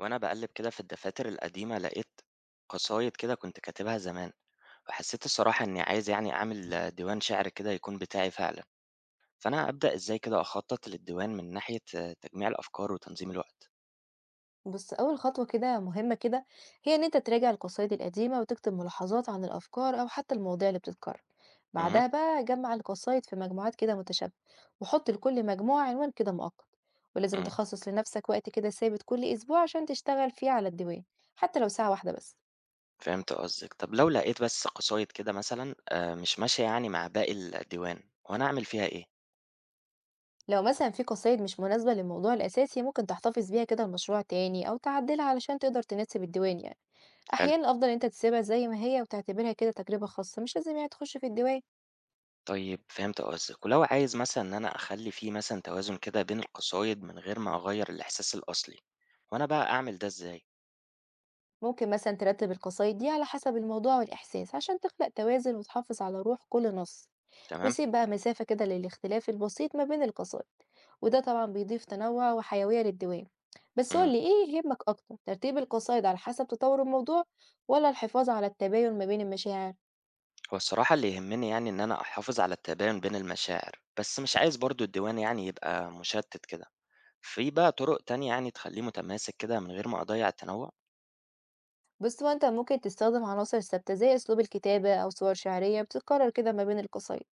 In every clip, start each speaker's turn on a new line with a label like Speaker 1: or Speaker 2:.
Speaker 1: وأنا باقلِّب كده في الدفاتر القديمة، لقيت قصايد كده كنت كاتبها زمان، وحسّيت الصراحة إنّي عايز يعني أعمل ديوان شِعر كده يكون بتاعي فعلًا، فأنا أبدأ إزاي كده أخطّط للديوان من ناحية تجميع الأفكار وتنظيم الوقت؟
Speaker 2: بُص، أول خطوة كده مهمة كده هي إن أنت تراجع القصايد القديمة وتكتب ملاحظات عن الأفكار أو حتى المواضيع اللي بتتكرر،
Speaker 1: اهم،
Speaker 2: بعدها بقى جمّع القصايد في مجموعات كده متشابهة، وحُط لكل مجموعة عنوان كده مؤقت، ولازم
Speaker 1: إمم،
Speaker 2: تخصص لنفسك وقت كده ثابت كل أسبوع عشان تشتغل فيه على الديوان، حتى لو ساعة واحدة بس.
Speaker 1: فهمت قصدِك. طَب لو لقيت بس قصايد كده مثلًا مش ماشية يعني مع باقي الديوان، هو أنا أعمل فيها إيه؟
Speaker 2: لو مثلًا في قصايد مش مناسبة للموضوع الأساسي ممكن تحتفظ بيها كده لمشروع تاني أو تعدلها علشان تقدر تناسب الديوان يعني.
Speaker 1: حلو،
Speaker 2: أحيانًا الأفضل إن أنت تسيبها زي ما هي وتعتبرها كده تجربة خاصة، مش لازم يعني تخش في الديوان.
Speaker 1: طيب فهمت قصدِك. ولو عايز مثلًا إن أنا أخلّي في مثلًا توازن كده بين القصايد من غير ما أغيّر الإحساس الأصلي، هو أنا بقى أعمل ده إزاي؟
Speaker 2: ممكن مثلا ترتب القصايد دي على حسب الموضوع والإحساس عشان تخلق توازن وتحافظ على روح كل نص،
Speaker 1: تمام؟
Speaker 2: ويسيب بقى مسافة كده للاختلاف البسيط ما بين القصائد، وده طبعا بيضيف تنوع وحيوية للدوام. بس
Speaker 1: إمم.
Speaker 2: قولي ايه يهمك أكتر، ترتيب القصايد على حسب تطور الموضوع ولا الحفاظ على التباين ما بين المشاعر؟
Speaker 1: هو الصراحة اللي يهمني يعني إن أنا أحافظ على التباين بين المشاعر، بس مش عايز برضه الديوان يعني يبقى مُشتِّت كده. في بقى طُرق تانية يعني تخلّيه متماسك كده من غير ما أضيّع التنوُّع؟
Speaker 2: بص هو انت ممكن تستخدم عناصر ثابتة زي أسلوب الكتابة أو صور شعرية بتتكرر كده ما بين القصايد.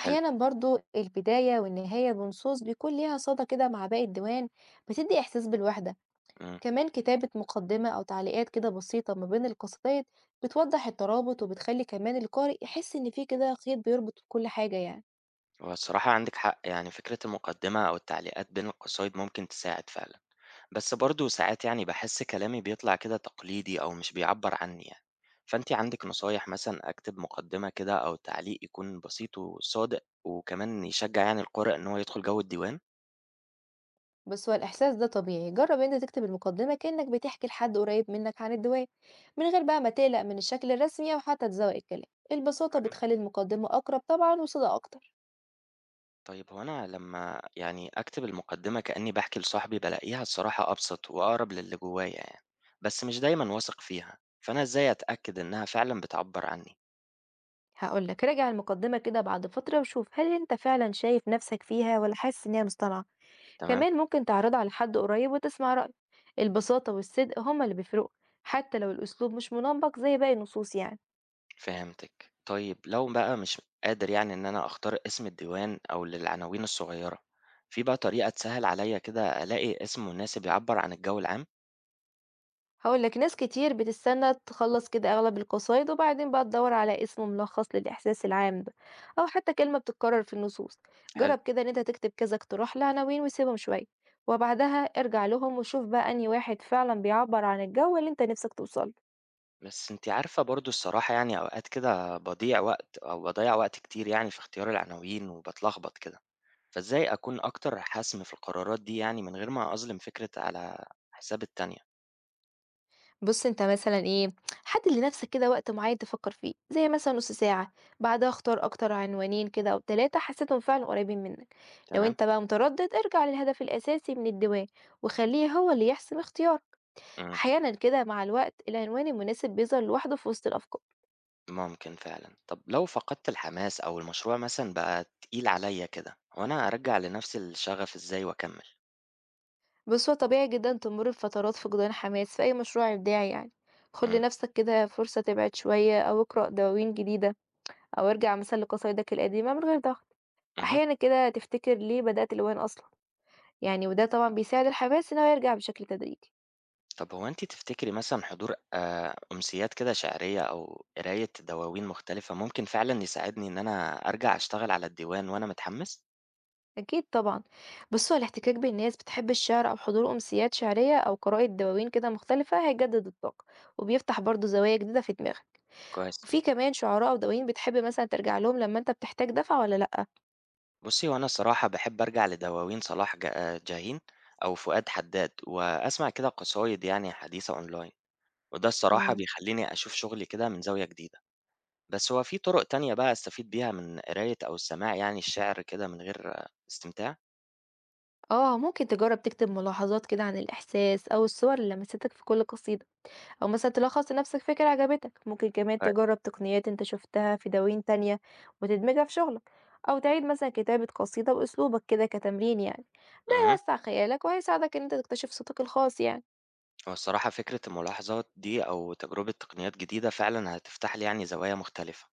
Speaker 1: حلو،
Speaker 2: برضو البداية والنهاية بنصوص بيكون ليها صدى كده مع باقي الديوان، بتدي إحساس بالوحدة.
Speaker 1: إمم.
Speaker 2: كمان كتابة مقدمة أو تعليقات كده بسيطة ما بين القصيدات بتوضح الترابط، وبتخلي كمان القارئ يحس إن في كده خيط بيربط كل حاجة يعني.
Speaker 1: هو الصراحة عندِك حق، يعني فكرة المقدِّمة أو التعليقات بين القصايد ممكن تساعد فعلًا، بس برضه ساعات يعني باحس كلامي بيطلع كده تقليدي أو مش بيعبّر عنّي يعني، فأنتِ عندِك نصايح مثلًا أكتب مقدِّمة كده أو تعليق يكون بسيط وصادق وكمان يشجّع يعني القارئ إن هو يدخُل جَوّ الديوان؟
Speaker 2: بس هو الإحساس ده طبيعي، جرب إنت تكتب المقدمة كأنك بتحكي لحد قريب منك عن الدواء، من غير بقى ما تقلق من الشكل الرسمي أو حتى تزوق الكلام. البساطة بتخلي المقدمة أقرب طبعا وصدق أكتر.
Speaker 1: طيب هو أنا لمّا يعني أكتب المقدمة كأني باحكي لصاحبي بالاقيها الصراحة أبسط وأقرب للي جوايا يعني، بس مش دايمًا واثق فيها، فأنا إزاي أتأكد إنها فعلًا بتعبّر عني؟
Speaker 2: هقولك، راجع المقدمة كده بعد فترة وشوف هل أنت فعلا شايف نفسك فيها ولا حاسس إن هي مصطنعة.
Speaker 1: تمام،
Speaker 2: كمان ممكن تعرضها على حد قريب وتسمع رأيه. البساطة والصدق هما اللي بيفرقوا، حتى لو الأسلوب مش منمق زي باقي النصوص يعني.
Speaker 1: فهمتِك. طيب لو بقى مش قادر يعني إن أنا أختار اسم الديوان أو للعناوين الصغيرة، في بقى طريقة تسهّل عليَّ كده ألاقي اسم مناسب يعبّر عن الجو العام؟
Speaker 2: هقولك، ناس كتير بتستنى تخلص كده أغلب القصايد وبعدين بقى تدور على اسم ملخص للإحساس العام ده، أو حتى كلمة بتتكرر في النصوص.
Speaker 1: حلو،
Speaker 2: جرب كده إن أنت تكتب كذا اقتراح لعناوين وسيبهم شوية، وبعدها ارجع لهم وشوف بقى أنهي واحد فعلا بيعبر عن الجو اللي أنت نفسك توصله.
Speaker 1: بس أنتِ عارفة برضه الصراحة يعني أوقات كده باضيع وقت أو باضيّع وقت كتير يعني في اختيار العناوين وباتلخبط كده. فإزاي أكون أكتر حَسم في القرارات دي يعني من غير ما أظلم فكرة على حساب التانية،
Speaker 2: بُص أنت مثلًا إيه، حدِّد لنفسك كده وقت معيّن تفكّر فيه، زي مثلًا نُص ساعة، بعدها اختار أكتر عنوانين كده أو 3 حسيتهم فعلًا قريبين منك. لو
Speaker 1: تمام؟
Speaker 2: أنت بقى متردد ارجع للهدف الأساسي من الدِوان وخلّيه هو اللي يحسم اختيارك.
Speaker 1: إمم،
Speaker 2: أحيانًا كده مع الوقت العنوان المناسب بيظهر لوحده في وسط الأفكار.
Speaker 1: ممكن فعلًا. طب لو فقدت الحماس أو المشروع مثلًا بقى تقيل عليّا كده، هو أنا أرجّع لنفسي الشغف إزاي وأكمّل؟
Speaker 2: بس هو طبيعي جدًا تمُر بفترات فقدان حماس في أي مشروع إبداعي يعني. خُد
Speaker 1: إمم،
Speaker 2: لنفسك كده فرصة تبعد شوية أو اقرأ دواوين جديدة، أو ارجع مثلًا لقصايدك القديمة من غير ضغط.
Speaker 1: اهم.
Speaker 2: أحيانًا كده تفتكر ليه بدأت الألوان أصلًا. يعني وده طبعًا بيساعد الحماس إن هو يرجع بشكل تدريجي.
Speaker 1: طب هو أنتِ تفتكري مثلًا حضور أمسيّات كده شعرية أو قراية دواوين مختلفة ممكن فعلًا يساعدني إن أنا أرجع أشتغل على الديوان وأنا متحمّس؟
Speaker 2: أكيد طبعًا. بُص، هو الاحتكاك بين ناس بتحب الشعر أو حضور أمسيات شعرية أو قراءة دواوين كده مختلفة هيجدد الطاقة، وبيفتح برضه زوايا جديدة في دماغك.
Speaker 1: كويس.
Speaker 2: وفي كمان شعراء ودواوين بتحب مثلًا ترجع لهم لما أنت بتحتاج دفعة والّا لأ؟
Speaker 1: بُصّي، هو أنا الصراحة باحب أرجع لدواوين صلاح جا آه، جاهين أو فؤاد حداد، وأسمع كده قصايد يعني حديثة أونلاين، وده الصراحة
Speaker 2: إمم.
Speaker 1: بيخلّيني أشوف شغلي كده من زاوية جديدة، بس هو في طرق تانية بقى أستفيد بيها من قراية أو السماع يعني الشعر كده من غير استمتاع؟
Speaker 2: آه، ممكن تجرب تكتب ملاحظات كده عن الإحساس أو الصور اللي لمستك في كل قصيدة. أو مثلًا تلخّص لنفسك فكرة عجبتك، ممكن كمان
Speaker 1: طيب.
Speaker 2: تجرّب تقنيات أنت شُفتها في دواوين تانية وتدمجها في شغلك، أو تعيد مثلًا كتابة قصيدة بأسلوبك كده كتمرين يعني، ده
Speaker 1: اهم.
Speaker 2: هيوسّع خيالك وهيساعدك إن أنت تكتشف صوتك الخاص يعني.
Speaker 1: هو الصراحة فكرة الملاحظات دي أو تجربة تقنيات جديدة فعلا هتفتح لي يعني زوايا مختلفة،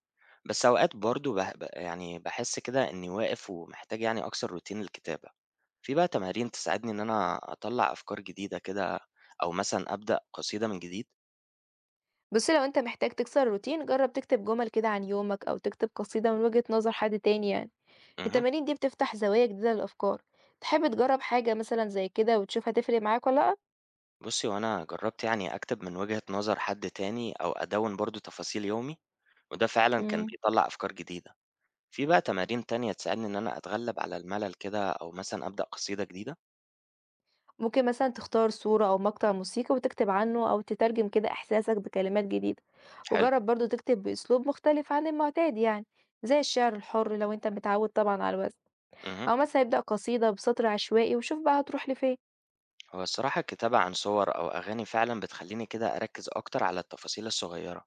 Speaker 1: بس أوقات برضو يعني بحس كده إني واقف ومحتاج يعني أكسر روتين الكتابة. في بقى تمارين تساعدني إن أنا أطلع أفكار جديدة كده أو مثلا أبدأ قصيدة من جديد؟
Speaker 2: بُص لو أنت محتاج تكسر الروتين جرّب تكتب جمل كده عن يومك أو تكتب قصيدة من وجهة نظر حد تاني يعني.
Speaker 1: امم،
Speaker 2: التمارين دي بتفتح زوايا جديدة للأفكار. تحب تجرّب حاجة مثلًا زي كده وتشوف هتفرق معاك والّا لأ؟
Speaker 1: بصي وأنا جربت يعني أكتب من وجهة نظر حد تاني أو أدون برضو تفاصيل يومي وده فعلا كان
Speaker 2: إمم.
Speaker 1: بيطلع أفكار جديدة. في بقى تمارين تانية تساعدني إن أنا أتغلب على الملل كده أو مثلا أبدأ قصيدة جديدة؟
Speaker 2: ممكن مثلا تختار صورة أو مقطع موسيقي وتكتب عنه أو تترجم كده إحساسك بكلمات جديدة.
Speaker 1: حلو،
Speaker 2: وجرب برضو تكتب بأسلوب مختلف عن المعتاد يعني، زي الشعر الحر لو انت متعود طبعا على الوزن.
Speaker 1: امم،
Speaker 2: أو مثلا ابدأ قصيدة بسطر عشوائي وشوف بقى هتروح لفين.
Speaker 1: هو الصراحة الكتابة عن صور أو أغاني فعلا بتخليني كده أركز أكتر على التفاصيل الصغيرة،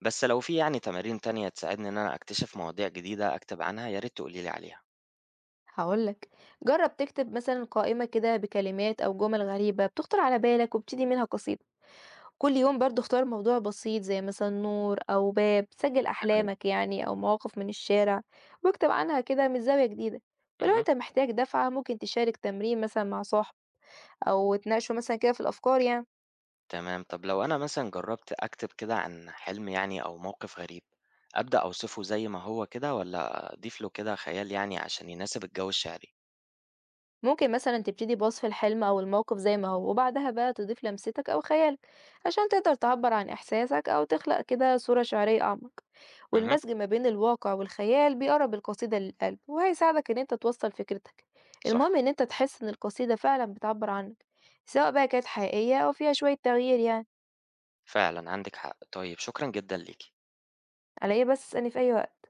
Speaker 1: بس لو في يعني تمارين تانية تساعدني إن أنا أكتشف مواضيع جديدة أكتب عنها يا ريت تقوليلي عليها.
Speaker 2: هقولك، جرب تكتب مثلا قائمة كده بكلمات أو جمل غريبة بتخطر على بالك وابتدي منها قصيدة. كل يوم برضه اختار موضوع بسيط زي مثلًا نور أو باب، سجل
Speaker 1: تمام،
Speaker 2: أحلامك يعني أو مواقف من الشارع، واكتب عنها كده من زاوية جديدة. ولو
Speaker 1: مه.
Speaker 2: أنت محتاج دفعة ممكن تشارك تمرين مثلًا مع صاحب أو تناقشه مثلًا كده في الأفكار يعني.
Speaker 1: تمام، طب لو أنا مثلا جربت أكتب كده عن حلم يعني أو موقف غريب، أبدأ أوصفه زي ما هو كده ولا أضيف له كده خيال يعني عشان يناسب الجو الشعري؟
Speaker 2: ممكن مثلا تبتدي بوصف الحلم أو الموقف زي ما هو وبعدها بقى تضيف لمستك أو خيالك عشان تقدر تعبر عن إحساسك أو تخلق كده صورة شعرية أعمق.
Speaker 1: مه.
Speaker 2: والمزج ما بين الواقع والخيال بيقرب القصيدة للقلب وهيساعدك إن أنت توصل فكرتك. المهم
Speaker 1: صح.
Speaker 2: إن أنت تحس إن القصيدة فعلا بتعبر عنك، سواء بقى كانت حقيقية أو فيها شوية تغيير يعني.
Speaker 1: فعلا عندك حق، طيب شكرا جدا ليكي.
Speaker 2: على إيه بس، أسألني في أي وقت.